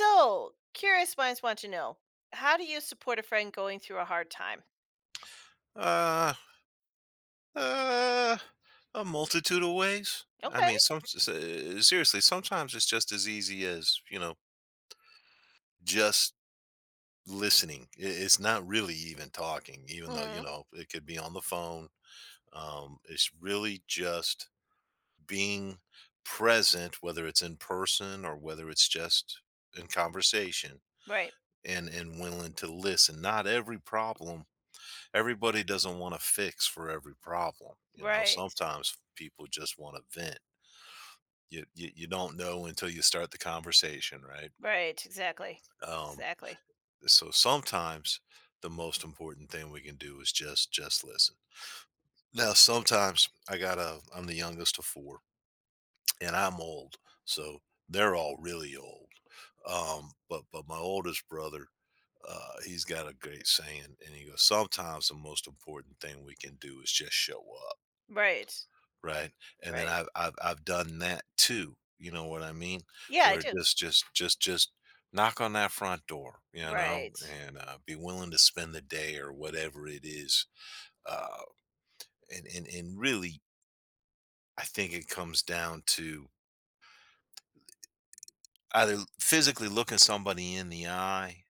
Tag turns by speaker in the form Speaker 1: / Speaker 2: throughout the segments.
Speaker 1: So, curious minds want to know, how do you support a friend going through a hard time?
Speaker 2: Uh, uh, a multitude of ways. I
Speaker 1: Okay.
Speaker 2: mean, seriously, sometimes it's just as easy as you know, just listening. It's not really even talking, even though you
Speaker 1: Hmm.
Speaker 2: know it could be on the phone. It's really just being present, whether it's in person or whether it's just in conversation,
Speaker 1: Right.
Speaker 2: and willing to listen. Not every problem everybody doesn't want to fix for every problem. You know,
Speaker 1: Right.
Speaker 2: sometimes people just want to vent. You don't know until you start the conversation, right?
Speaker 1: Right. Exactly.
Speaker 2: Um,
Speaker 1: Exactly.
Speaker 2: so sometimes the most important thing we can do is just listen. Now, sometimes I got to I'm the youngest of four, and I'm old, so they're all really old. But my oldest brother, he's got a great saying, and he goes, "Sometimes the most important thing we can do is just show up."
Speaker 1: Right.
Speaker 2: Right, and then
Speaker 1: Right.
Speaker 2: I've done that too, you know what I mean?
Speaker 1: Yeah, I
Speaker 2: Where
Speaker 1: do.
Speaker 2: just knock on that front door, you know,
Speaker 1: Right.
Speaker 2: and, be willing to spend the day or whatever it is, uh, and really, I think it comes down to either physically looking somebody in the eye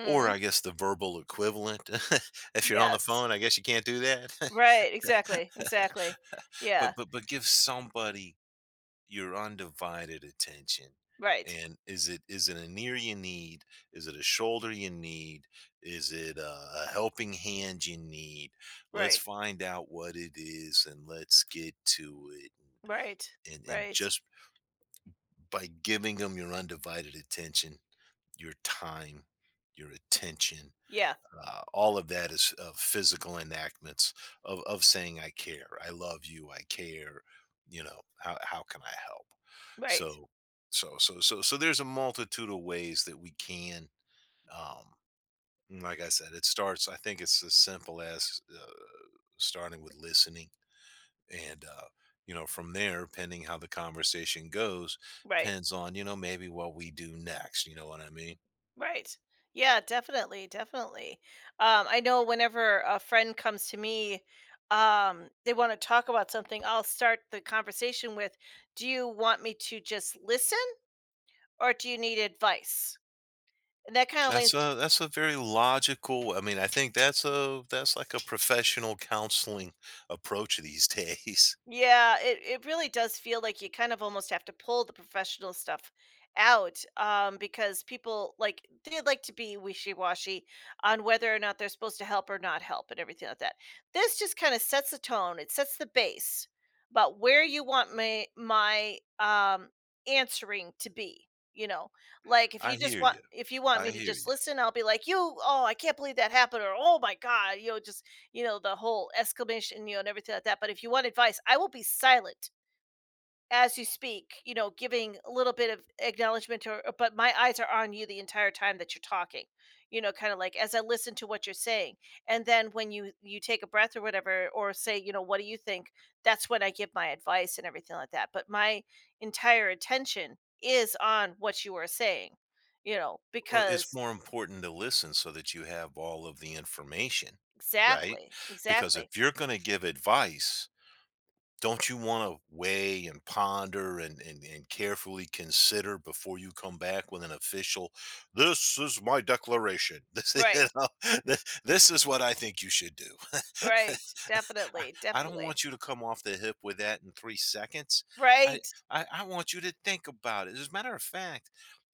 Speaker 2: or I guess the verbal equivalent. If you're on the
Speaker 1: Yes.
Speaker 2: phone, I guess you can't do that.
Speaker 1: Right. Exactly. Exactly. Yeah.
Speaker 2: But give somebody your undivided attention
Speaker 1: Right.
Speaker 2: and is it an ear you need, is it a shoulder you need, is it a helping hand you need, let's
Speaker 1: Right.
Speaker 2: find out what it is and let's get to it
Speaker 1: Right.
Speaker 2: and and
Speaker 1: Right.
Speaker 2: just by giving them your undivided attention, your time, your attention,
Speaker 1: Yeah.
Speaker 2: all of that is physical enactments of saying I care, I love you, I care, you know, how can I help?
Speaker 1: Right.
Speaker 2: So so so so so there's a multitude of ways that we can um and like I said, it starts, I think it's as simple as starting with listening and you know, from there, pending how the conversation goes,
Speaker 1: Right.
Speaker 2: depends on, you know, maybe what we do next, you know what I mean.
Speaker 1: Right. Yeah, definitely, definitely. I know whenever a friend comes to me, they want to talk about something, I'll start the conversation with, "Do you want me to just listen or do you need advice?" And that kind of
Speaker 2: That's
Speaker 1: lays—
Speaker 2: a very logical, I mean, I think that's a that's like a professional counseling approach these days.
Speaker 1: Yeah, it really does feel like you kind of almost have to pull the professional stuff out, because people, like, they like to be wishy-washy on whether or not they're supposed to help or not help and everything like that. This just kind of sets the tone. It sets the base about where you want my answering to be. You know, like
Speaker 2: I hear you.
Speaker 1: if you want
Speaker 2: I
Speaker 1: me to
Speaker 2: hear
Speaker 1: just
Speaker 2: you.
Speaker 1: listen, I'll be like, you, oh, I can't believe that happened, or oh my god, you know, just, you know, the whole exclamation, you know, and everything like that. But if you want advice, I will be silent as you speak, you know, giving a little bit of acknowledgement but my eyes are on you the entire time that you're talking. You know, kind of like as I listen to what you're saying. And then when you take a breath or whatever or say, you know, what do you think? That's when I give my advice and everything like that. But my entire attention is on what you are saying, you know,
Speaker 2: It's
Speaker 1: because—
Speaker 2: more important to listen so that you have all of the information, right?
Speaker 1: exactly,
Speaker 2: Because if
Speaker 1: exactly.
Speaker 2: you're going to give advice, don't you want to weigh and ponder and, and carefully consider before you come back with an official, this is my declaration, this, you
Speaker 1: Right.
Speaker 2: know, this is what I think you should do.
Speaker 1: Right.
Speaker 2: I,
Speaker 1: Definitely.
Speaker 2: I don't
Speaker 1: Definitely.
Speaker 2: want you to come off the hip with that in 3 seconds. I,
Speaker 1: Right,
Speaker 2: I want you to think about it. As a matter of fact,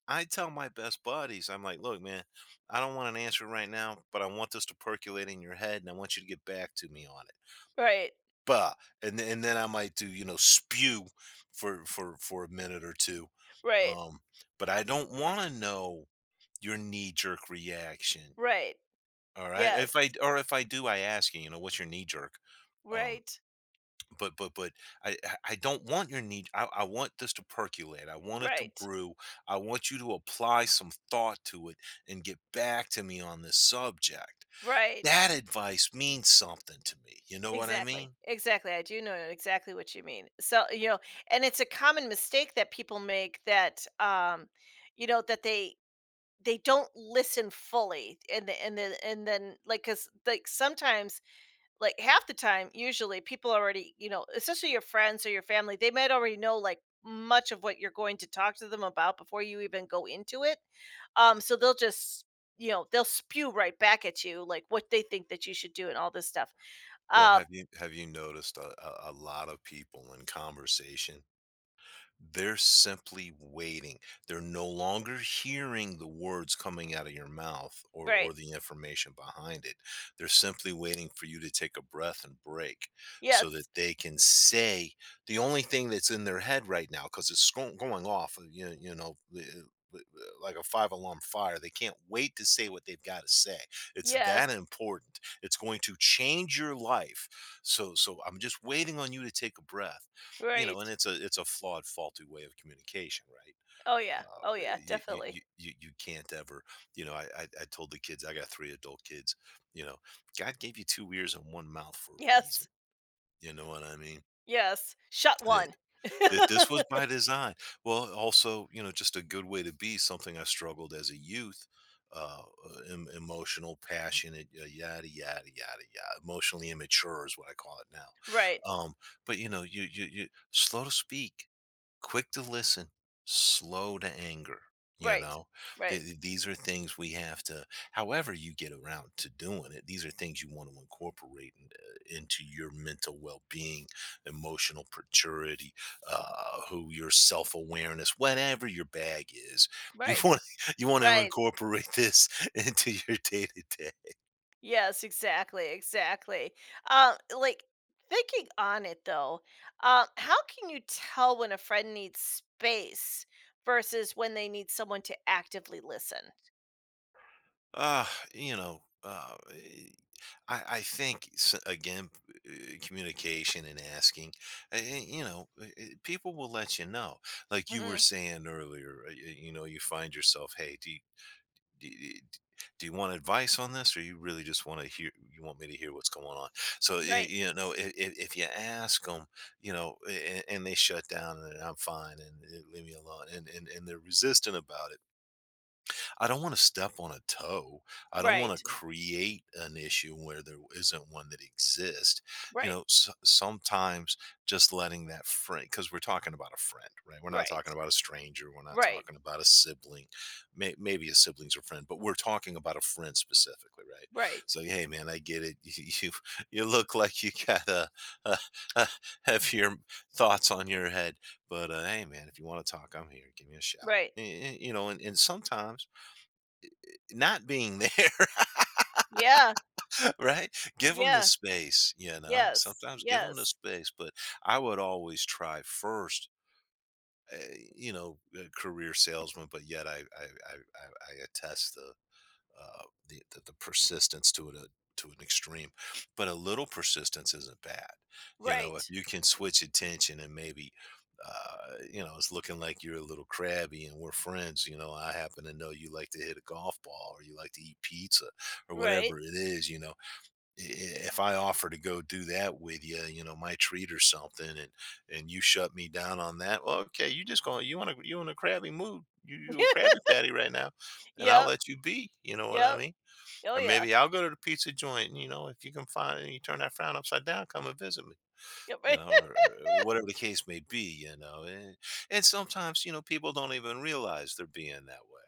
Speaker 2: I tell my best buddies, I'm like, look, man, I don't want an answer right now, but I want this to percolate in your head and I want you to get back to me on it,
Speaker 1: right,
Speaker 2: bah, and then I might do, you know, spew for a minute or two,
Speaker 1: right,
Speaker 2: um, but I don't want to know your knee jerk reaction.
Speaker 1: right.
Speaker 2: All right,
Speaker 1: Yes,
Speaker 2: if I, or if I do, I ask you, you know, what's your knee jerk? Um,
Speaker 1: right,
Speaker 2: but I don't want your knee. I want this to percolate. I want it to
Speaker 1: right,
Speaker 2: brew. I want you to apply some thought to it and get back to me on this subject.
Speaker 1: right.
Speaker 2: That advice means something to me. You know what I
Speaker 1: Exactly,
Speaker 2: mean?
Speaker 1: exactly. I do know exactly what you mean. So, you know, and it's a common mistake that people make that, you know, that they don't listen fully, and then like, because, like, sometimes, like half the time, usually people already, you know, especially your friends or your family, they might already know, like, much of what you're going to talk to them about before you even go into it. So they'll just, you know, they'll spew right back at you like what they think that you should do and all this stuff.
Speaker 2: Well,
Speaker 1: Uh,
Speaker 2: have you noticed, a lot of people in conversation, they're simply waiting. They're no longer hearing the words coming out of your mouth,
Speaker 1: right.
Speaker 2: or the information behind it. They're simply waiting for you to take a breath and break so that
Speaker 1: Yes.
Speaker 2: they can say the only thing that's in their head right now, because it's going off, uh, like a five alarm fire. They can't wait to say what they've got to say. It's
Speaker 1: Yes.
Speaker 2: that important. It's going to change your life. So, so I'm just waiting on you to take a breath. You know, and
Speaker 1: Right.
Speaker 2: it's a flawed, faulty way of communication, right?
Speaker 1: Oh yeah. Oh
Speaker 2: uh,
Speaker 1: yeah.
Speaker 2: you, you you
Speaker 1: Definitely.
Speaker 2: you you can't ever, you know, I told the kids, I got three adult kids, you know, God gave you two ears and one mouth for a reason,
Speaker 1: Yes.
Speaker 2: you know what I mean,
Speaker 1: Yes. Shut
Speaker 2: that
Speaker 1: one.
Speaker 2: that this was by design. Well also, you know, just a good way to be, something I struggled as a youth, uh emotional, passionate, yada yada yada yada, emotionally immature is what I call it
Speaker 1: Right.
Speaker 2: now. But you know, you slow to speak, quick to listen, slow to anger. You
Speaker 1: Right.
Speaker 2: know,
Speaker 1: Right.
Speaker 2: these are things we have to, however you get around to doing it, these are things you want to incorporate into your mental well being, emotional maturity, who your self awareness, whatever your bag is. You
Speaker 1: Right.
Speaker 2: want, you want to
Speaker 1: Right.
Speaker 2: incorporate this into your day to day.
Speaker 1: Yes. Exactly. Exactly. Like thinking on it though, how can you tell when a friend needs space versus when they need someone to actively listen?
Speaker 2: Uh, you know, uh, eh, I think again, communication and asking, you know, people will let you know. Like you were saying earlier, you know, you find yourself, hey, do you, do you want advice on this, or you really just want to hear? You want me to hear what's going on? So
Speaker 1: Right,
Speaker 2: you know, if you ask them, you know, and they shut down, and I'm fine, and leave me alone, and and they're resistant about it, I don't want to step on a toe. I don't want
Speaker 1: right,
Speaker 2: to create an issue where there isn't one that exists. You
Speaker 1: right,
Speaker 2: know, s sometimes just letting that friend, because we're talking about a friend, right? We're not
Speaker 1: right,
Speaker 2: talking about a stranger. We're not
Speaker 1: right,
Speaker 2: talking about a sibling. Maybe a sibling's a friend, but we're talking about a friend specifically, right?
Speaker 1: right,
Speaker 2: So, hey, man, I get it. You look like you got a, a heavier thoughts on your head, but hey, man, if you want to talk, I'm here. Give me a shout.
Speaker 1: right.
Speaker 2: You know, and sometimes not being there,
Speaker 1: Yeah,
Speaker 2: right? Give them the
Speaker 1: yeah,
Speaker 2: space, you know.
Speaker 1: yes,
Speaker 2: Sometimes give them the
Speaker 1: yes,
Speaker 2: space, but I would always try first, uh, you know, a career salesman. But yet, I attest the the persistence to it, to an extreme, but a little persistence isn't bad. You know, if
Speaker 1: right,
Speaker 2: you can switch attention and maybe, you know, it's looking like you're a little crabby and we're friends. You know, I happen to know you like to hit a golf ball or you like to eat pizza or
Speaker 1: right.
Speaker 2: whatever it is. You know, if I offer to go do that with you, you know, my treat or something, and you shut me down on that, well, okay, you want to, you in a crabby mood, you a crabby patty right now, and I'll
Speaker 1: Yep,
Speaker 2: let you be. You know what I
Speaker 1: yep.
Speaker 2: mean?
Speaker 1: Oh
Speaker 2: Or
Speaker 1: yeah.
Speaker 2: maybe I'll go to the pizza joint, you know, if you can find and you turn that frown upside down, come and visit me.
Speaker 1: Yep.
Speaker 2: You
Speaker 1: Right.
Speaker 2: know, or whatever the case may be. You know, and sometimes, you know, people don't even realize they're being that way.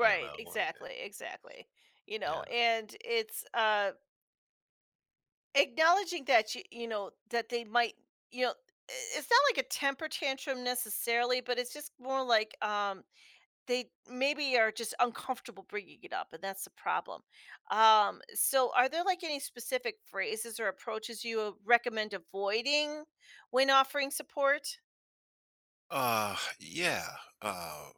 Speaker 2: You know, and
Speaker 1: exactly, exactly. You
Speaker 2: yeah,
Speaker 1: know, and it's, uh, acknowledging that you know that they might, you know, it's not like a temper tantrum necessarily, but it's just more like, um, they maybe are just uncomfortable bringing it up and that's the problem. Um, so are there like any specific phrases or approaches you would recommend avoiding when offering support?
Speaker 2: yeah. Uh,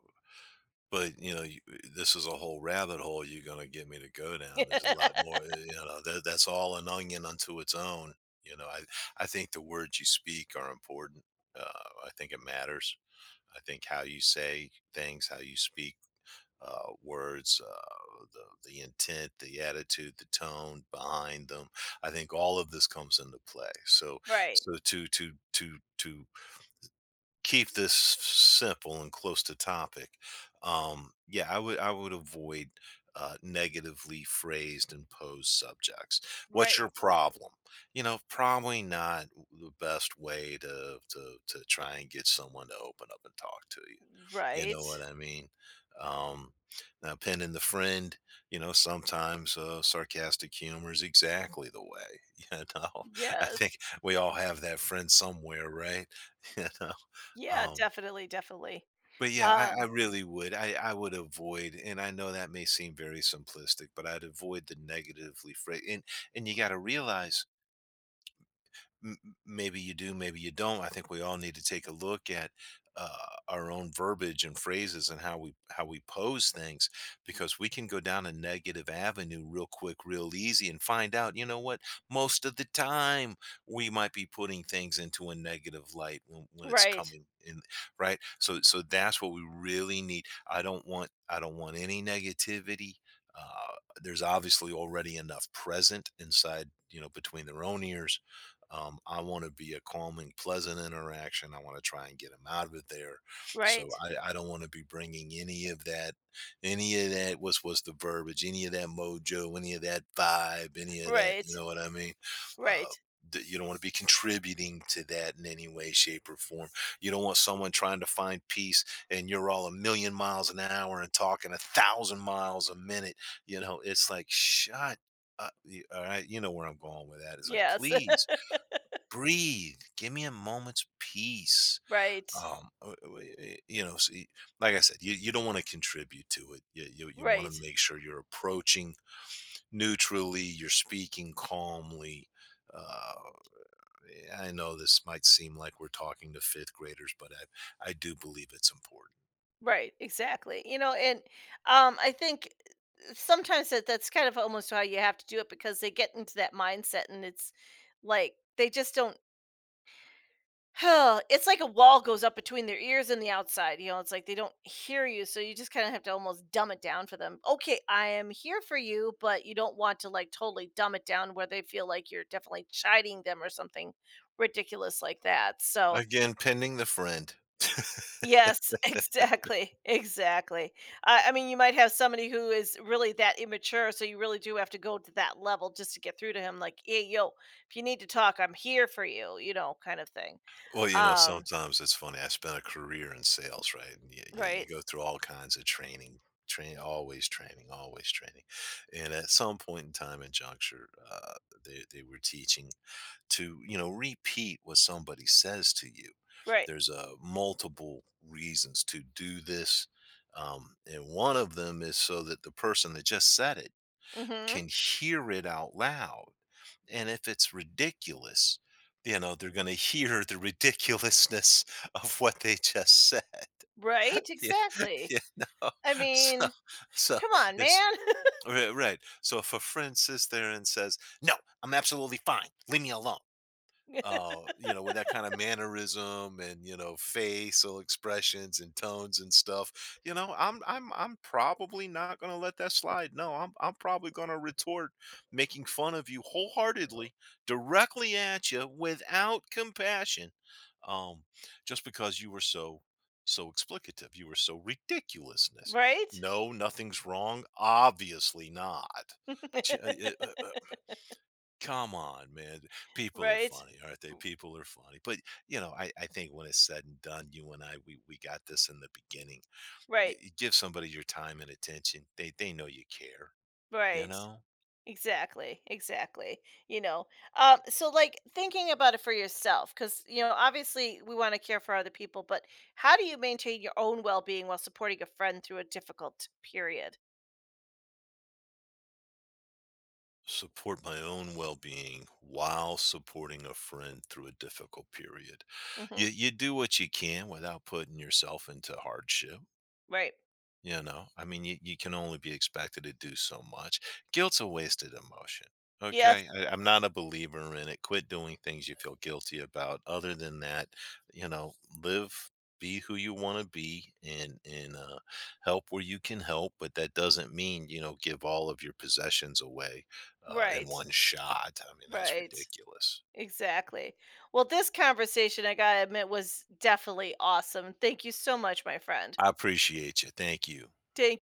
Speaker 2: But, you know, this is a whole rabbit hole you're gonna get me to go down. There's a lot more, y you know, that that's all an onion unto its own, you know? I think the words you speak are important. Uh, I think it matters. I think how you say things, how you speak, words, the intent, the attitude, the tone behind them, I think all of this comes into play. So
Speaker 1: Right.
Speaker 2: so to keep this simple and close to topic. Yeah, I would avoid negatively phrased and posed subjects. What's
Speaker 1: Right.
Speaker 2: your problem? You know, probably not the best way to try and get someone to open up and talk to you. You
Speaker 1: Right.
Speaker 2: know what I mean? Um, now, pinning the friend, you know, sometimes sarcastic humor is exactly the way. You know, I
Speaker 1: Yes.
Speaker 2: think we all have that friend somewhere, right? You know.
Speaker 1: Yeah,
Speaker 2: Um,
Speaker 1: definitely, definitely.
Speaker 2: but yeah,
Speaker 1: Uh,
Speaker 2: I really would. I would avoid, and I know that may seem very simplistic, but I'd avoid the negatively phrase. And you got to realize m- maybe you do, maybe you don't. I think we all need to take a look at uh, our own verbiage and phrases and how we pose things, because we can go down a negative avenue real quick, real easy, and find out. You know what? Most of the time, we might be putting things into a negative light when it's
Speaker 1: right.
Speaker 2: coming in, right? So that's what we really need. I don't want any negativity. Uh, there's obviously already enough present inside, you know, between their own ears. I want to be a calming, pleasant interaction. I want to try and get them out of there. So
Speaker 1: Right.
Speaker 2: I don't want to be bringing any of that was the verbiage, any of that mojo, any of that vibe, any of that.
Speaker 1: Right.
Speaker 2: You know what I mean? Uh,
Speaker 1: Right.
Speaker 2: that you don't want to be contributing to that in any way, shape, or form. You don't want someone trying to find peace and you're all a million miles an hour and talking a thousand miles a minute. You know, it's like shut. Up. All right, you know where I'm going with that. It's like,
Speaker 1: Yes.
Speaker 2: please breathe. Give me a moment's peace.
Speaker 1: Right.
Speaker 2: You know, see, like I said, you don't want to contribute to it. You want to
Speaker 1: Right.
Speaker 2: make sure you're approaching neutrally. You're speaking calmly. Uh, I know this might seem like we're talking to fifth graders, but I do believe it's important.
Speaker 1: Right, exactly. You know, and um, I think sometimes that that's kind of almost how you have to do it because they get into that mindset and it's like they just don't— it's like a wall goes up between their ears and the outside. You know, it's like they don't hear you, so you just kind of have to almost dumb it down for them. Okay, I am here for you, but you don't want to like totally dumb it down where they feel like you're definitely chiding them or something ridiculous like that, so—
Speaker 2: Again, pending the friend.
Speaker 1: Yes, exactly, exactly. I mean, you might have somebody who is really that immature, so you really do have to go to that level just to get through to him, like, "Hey, yo, if you need to talk, I'm here for you," you know, kind of thing.
Speaker 2: Well, you know,
Speaker 1: Um,
Speaker 2: sometimes it's funny. I spent a career in sales, right? And you
Speaker 1: right,
Speaker 2: go through all kinds of training, always training, always training. And at some point in time and juncture, they were teaching to, you know, repeat what somebody says to you.
Speaker 1: right.
Speaker 2: There's multiple reasons to do this. And one of them is so that the person that just said it
Speaker 1: Mhm.
Speaker 2: can hear it out loud. And if it's ridiculous, you know, they're going to hear the ridiculousness of what they just said.
Speaker 1: Right,
Speaker 2: Yeah,
Speaker 1: exactly.
Speaker 2: you know,
Speaker 1: I
Speaker 2: so
Speaker 1: mean,
Speaker 2: so
Speaker 1: come on,
Speaker 2: it's
Speaker 1: man.
Speaker 2: right, right. So if a friend sits there and says, "No, I'm absolutely fine. Leave me alone." You know, with that kind of mannerism and you know facial expressions and tones and stuff. You know, I'm probably not gonna let that slide. No, I'm probably gonna retort, making fun of you wholeheartedly, directly at you without compassion, um, just because you were so so explicative you were so ridiculousness.
Speaker 1: Right?
Speaker 2: No, nothing's wrong, obviously not. Come on, man. People are
Speaker 1: Right,
Speaker 2: funny, aren't they? People are funny. But, you know, I think when it's said and done, you and I, we got this in the beginning.
Speaker 1: right,
Speaker 2: Give somebody your time and attention. They know you care, you
Speaker 1: right.
Speaker 2: know?
Speaker 1: Exactly, exactly. You know, so like thinking about it for yourself, because you know, obviously we want to care for other people, but how do you maintain your own well-being while supporting a friend through a difficult period?
Speaker 2: Support my own well being while supporting a friend through a difficult period.
Speaker 1: Hmm.
Speaker 2: You do what you can without putting yourself into hardship.
Speaker 1: Right.
Speaker 2: You know, I mean, you can only be expected to do so much. Guilt's a wasted emotion.
Speaker 1: Yes.
Speaker 2: Okay. I'm not a believer in it. Quit doing things you feel guilty about. Other than that, you know, live, be who you want to be and help where you can help. But that doesn't mean, you know, give all of your possessions away in
Speaker 1: Right.
Speaker 2: one shot. I mean, that's
Speaker 1: Right.
Speaker 2: ridiculous.
Speaker 1: Exactly. Well, this conversation, I gotta admit, was definitely awesome. Thank you so much, my friend.
Speaker 2: I appreciate you. Thank you.
Speaker 1: Thank